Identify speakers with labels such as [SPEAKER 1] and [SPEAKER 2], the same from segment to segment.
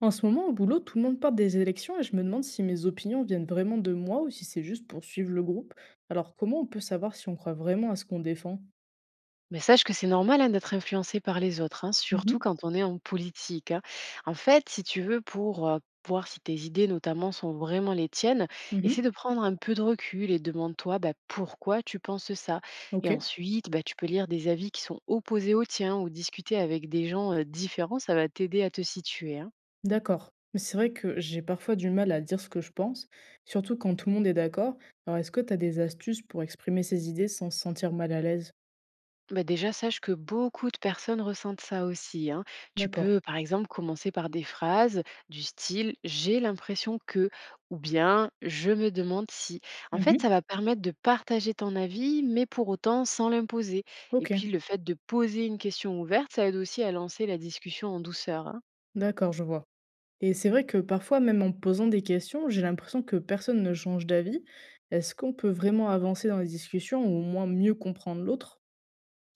[SPEAKER 1] En ce moment, au boulot, tout le monde parle des élections et je me demande si mes opinions viennent vraiment de moi ou si c'est juste pour suivre le groupe. Alors, comment on peut savoir si on croit vraiment à ce qu'on défend?
[SPEAKER 2] Mais sache que c'est normal hein, d'être influencé par les autres, hein, surtout
[SPEAKER 1] Mhm,
[SPEAKER 2] quand on est en politique. Hein. En fait, si tu veux, pour voir si tes idées notamment sont vraiment les tiennes, essaie
[SPEAKER 1] mhm,
[SPEAKER 2] de prendre un peu de recul et demande-toi bah, pourquoi tu penses ça.
[SPEAKER 1] ok,
[SPEAKER 2] Et ensuite, bah, tu peux lire des avis qui sont opposés aux tiens ou discuter avec des gens différents, ça va t'aider à te situer. Hein.
[SPEAKER 1] d'accord. Mais c'est vrai que j'ai parfois du mal à dire ce que je pense, surtout quand tout le monde est d'accord. Alors, est-ce que tu as des astuces pour exprimer ses idées sans se sentir mal à l'aise?
[SPEAKER 2] Bah déjà, sache que beaucoup de personnes ressentent ça aussi. Hein. Tu
[SPEAKER 1] D'accord.
[SPEAKER 2] peux, par exemple, commencer par des phrases du style j'ai l'impression que, ou bien je me demande si. En fait, ça
[SPEAKER 1] Mhm,
[SPEAKER 2] va permettre de partager ton avis, mais pour autant sans l'imposer. Et
[SPEAKER 1] ok,
[SPEAKER 2] puis, le fait de poser une question ouverte, ça aide aussi à lancer la discussion en douceur. Hein.
[SPEAKER 1] d'accord, je vois. Et c'est vrai que parfois, même en posant des questions, j'ai l'impression que personne ne change d'avis. Est-ce qu'on peut vraiment avancer dans les discussions ou au moins mieux comprendre l'autre?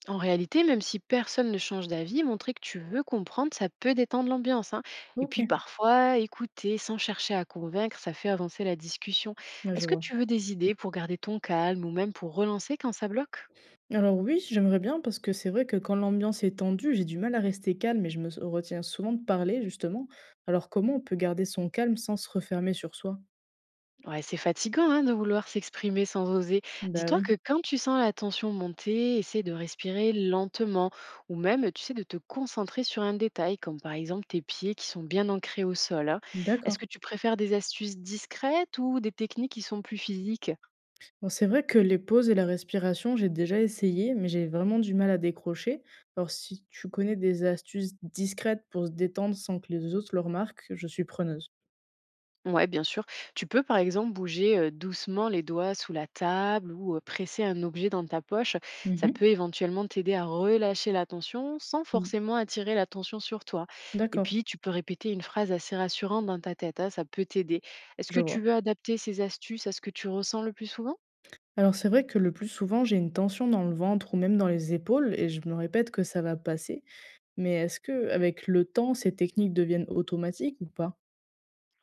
[SPEAKER 2] En réalité, même si personne ne change d'avis, montrer que tu veux comprendre, ça peut détendre l'ambiance. Hein. Et
[SPEAKER 1] Ok,
[SPEAKER 2] puis parfois, écouter sans chercher à convaincre, ça fait avancer la discussion.
[SPEAKER 1] bah je
[SPEAKER 2] Est-ce que
[SPEAKER 1] vois.
[SPEAKER 2] tu veux des idées pour garder ton calme ou même pour relancer quand ça bloque?
[SPEAKER 1] Alors oui, j'aimerais bien parce que c'est vrai que quand l'ambiance est tendue, j'ai du mal à rester calme et je me retiens souvent de parler, justement. Alors comment on peut garder son calme sans se refermer sur soi?
[SPEAKER 2] Ouais, c'est fatigant hein, de vouloir s'exprimer sans oser.
[SPEAKER 1] Bah
[SPEAKER 2] Dis-toi que
[SPEAKER 1] oui,
[SPEAKER 2] quand tu sens la tension monter, essaie de respirer lentement ou même, tu sais, de te concentrer sur un détail, comme par exemple tes pieds qui sont bien ancrés au sol. Hein. Est-ce
[SPEAKER 1] d'accord.
[SPEAKER 2] que tu préfères des astuces discrètes ou des techniques qui sont plus physiques?
[SPEAKER 1] Bon, c'est vrai que les pauses et la respiration, j'ai déjà essayé, mais j'ai vraiment du mal à décrocher. Alors, si tu connais des astuces discrètes pour se détendre sans que les autres le remarquent, je suis preneuse.
[SPEAKER 2] Ouais, bien sûr. Tu peux par exemple bouger doucement les doigts sous la table ou presser un objet dans ta poche. Ça
[SPEAKER 1] Mhm.
[SPEAKER 2] peut éventuellement t'aider à relâcher la tension sans
[SPEAKER 1] Mm.
[SPEAKER 2] forcément attirer l'attention sur toi. Et
[SPEAKER 1] D'accord,
[SPEAKER 2] puis, tu peux répéter une phrase assez rassurante dans ta tête. Hein, ça peut t'aider. Est-ce que
[SPEAKER 1] je vois.
[SPEAKER 2] tu veux adapter ces astuces à ce que tu ressens le plus souvent?
[SPEAKER 1] Alors, c'est vrai que le plus souvent, j'ai une tension dans le ventre ou même dans les épaules et je me répète que ça va passer. Mais est-ce que, avec le temps, ces techniques deviennent automatiques ou pas?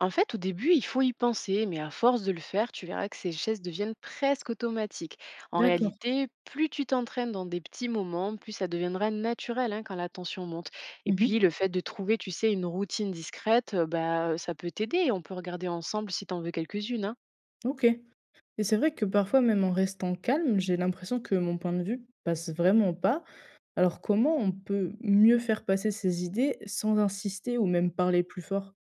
[SPEAKER 2] En fait, au début, il faut y penser, mais à force de le faire, tu verras que ces gestes deviennent presque automatiques. En
[SPEAKER 1] D'accord.
[SPEAKER 2] réalité, plus tu t'entraînes dans des petits moments, plus ça deviendra naturel hein, quand la tension monte. Et puis,
[SPEAKER 1] Mhm.
[SPEAKER 2] le fait de trouver, tu sais, une routine discrète, bah, ça peut t'aider. On peut regarder ensemble si t'en veux quelques-unes. Hein.
[SPEAKER 1] Ok. Et c'est vrai que parfois, même en restant calme, j'ai l'impression que mon point de vue passe vraiment pas. Alors comment on peut mieux faire passer ses idées sans insister ou même parler plus fort?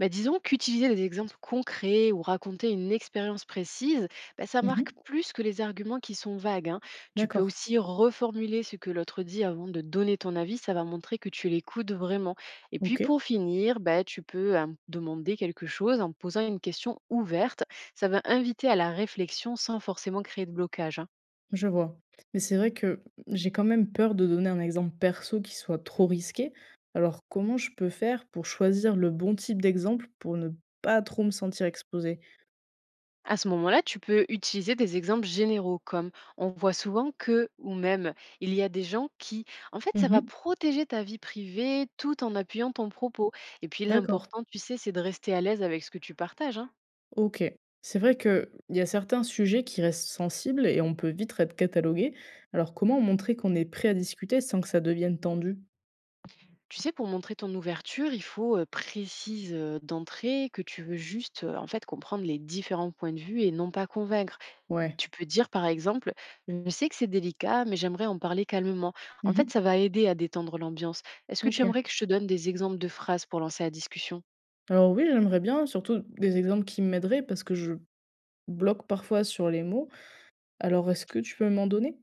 [SPEAKER 2] Bah, disons qu'utiliser des exemples concrets ou raconter une expérience précise, bah, ça marque
[SPEAKER 1] Mmh.
[SPEAKER 2] plus que les arguments qui sont vagues. Hein. Tu peux
[SPEAKER 1] D'accord.
[SPEAKER 2] aussi reformuler ce que l'autre dit avant de donner ton avis, ça va montrer que tu l'écoutes vraiment. Et puis
[SPEAKER 1] OK,
[SPEAKER 2] pour finir, bah, tu peux demander quelque chose en posant une question ouverte, ça va inviter à la réflexion sans forcément créer de blocage. Hein.
[SPEAKER 1] je vois. Mais c'est vrai que j'ai quand même peur de donner un exemple perso qui soit trop risqué. Alors comment je peux faire pour choisir le bon type d'exemple pour ne pas trop me sentir exposée?
[SPEAKER 2] À ce moment-là, tu peux utiliser des exemples généraux comme on voit souvent que ou même il y a des gens qui en fait ça va
[SPEAKER 1] Mmh.
[SPEAKER 2] protéger ta vie privée tout en appuyant ton propos. Et puis
[SPEAKER 1] D'accord.
[SPEAKER 2] l'important, tu sais, c'est de rester à l'aise avec ce que tu partages. Hein.
[SPEAKER 1] OK. C'est vrai qu'il y a certains sujets qui restent sensibles et on peut vite être catalogué. Alors, comment montrer qu'on est prêt à discuter sans que ça devienne tendu?
[SPEAKER 2] Tu sais, pour montrer ton ouverture, il faut précise d'entrée que tu veux juste en fait comprendre les différents points de vue et non pas convaincre.
[SPEAKER 1] Ouais.
[SPEAKER 2] Tu peux dire par exemple, je sais que c'est délicat, mais j'aimerais en parler calmement. En
[SPEAKER 1] Mhm.
[SPEAKER 2] fait, ça va aider à détendre l'ambiance. Est-ce que tu
[SPEAKER 1] OK.
[SPEAKER 2] aimerais que je te donne des exemples de phrases pour lancer la discussion?
[SPEAKER 1] Alors oui, j'aimerais bien, surtout des exemples qui m'aideraient parce que je bloque parfois sur les mots. Alors, est-ce que tu peux m'en donner?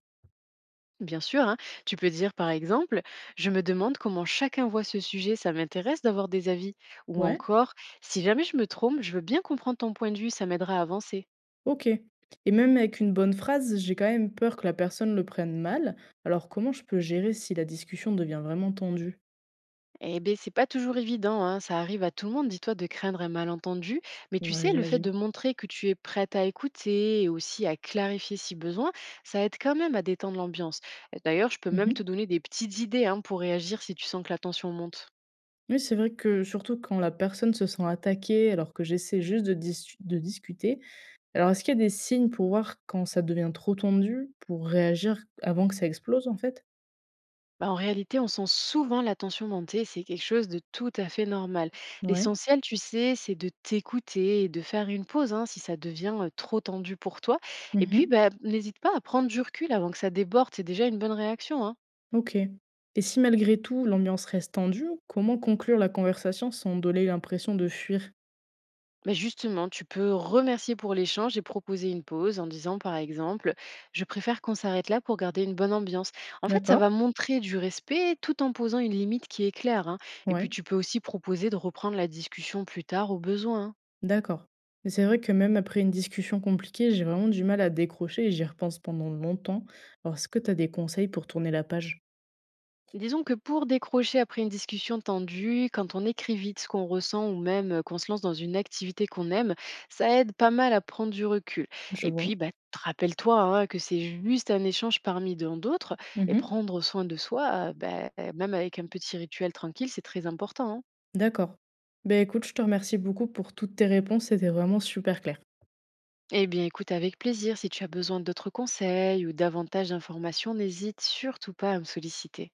[SPEAKER 2] Bien sûr, hein. Tu peux dire par exemple, je me demande comment chacun voit ce sujet, ça m'intéresse d'avoir des avis. Ou
[SPEAKER 1] Ouais.
[SPEAKER 2] encore, si jamais je me trompe, je veux bien comprendre ton point de vue, ça m'aidera à avancer.
[SPEAKER 1] OK. Et même avec une bonne phrase, j'ai quand même peur que la personne le prenne mal. Alors, comment je peux gérer si la discussion devient vraiment tendue?
[SPEAKER 2] Eh bien, c'est pas toujours évident, hein. Ça arrive à tout le monde, dis-toi, de craindre un malentendu. Mais tu
[SPEAKER 1] Ouais,
[SPEAKER 2] sais, le fait
[SPEAKER 1] j'imagine.
[SPEAKER 2] de montrer que tu es prête à écouter et aussi à clarifier si besoin, ça aide quand même à détendre l'ambiance. Et d'ailleurs, je peux même te donner des petites idées hein, pour réagir si tu sens que la tension monte.
[SPEAKER 1] Oui, c'est vrai que surtout quand la personne se sent attaquée alors que j'essaie juste de discuter. Alors est-ce qu'il y a des signes pour voir quand ça devient trop tendu, pour réagir avant que ça explose en fait?
[SPEAKER 2] Bah, en réalité, on sent souvent la tension monter, c'est quelque chose de tout à fait normal.
[SPEAKER 1] Ouais.
[SPEAKER 2] L'essentiel, tu sais, c'est de t'écouter et de faire une pause hein, si ça devient trop tendu pour toi. Et puis,
[SPEAKER 1] Mmh.
[SPEAKER 2] bah, n'hésite pas à prendre du recul avant que ça déborde, c'est déjà une bonne réaction. Hein.
[SPEAKER 1] OK. Et si malgré tout l'ambiance reste tendue, comment conclure la conversation sans donner l'impression de fuir?
[SPEAKER 2] Mais justement, tu peux remercier pour l'échange et proposer une pause en disant, par exemple, je préfère qu'on s'arrête là pour garder une bonne ambiance. En fait, ça
[SPEAKER 1] D'accord.
[SPEAKER 2] va montrer du respect tout en posant une limite qui est claire. Hein. Et
[SPEAKER 1] Ouais.
[SPEAKER 2] puis, tu peux aussi proposer de reprendre la discussion plus tard au besoin. Hein.
[SPEAKER 1] D'accord. Mais c'est vrai que même après une discussion compliquée, j'ai vraiment du mal à décrocher et j'y repense pendant longtemps. Alors est-ce que tu as des conseils pour tourner la page?
[SPEAKER 2] Disons que pour décrocher après une discussion tendue, quand on écrit vite ce qu'on ressent ou même qu'on se lance dans une activité qu'on aime, ça aide pas mal à prendre du recul.
[SPEAKER 1] Je
[SPEAKER 2] Et
[SPEAKER 1] vois.
[SPEAKER 2] puis, bah, rappelle-toi hein, que c'est juste un échange parmi tant d'autres et
[SPEAKER 1] Mmh.
[SPEAKER 2] prendre soin de soi, même avec un petit rituel tranquille, c'est très important. Hein.
[SPEAKER 1] D'accord. Ben écoute, je te remercie beaucoup pour toutes tes réponses, c'était vraiment super clair.
[SPEAKER 2] Eh bien, écoute, avec plaisir, si tu as besoin d'autres conseils ou davantage d'informations, n'hésite surtout pas à me solliciter.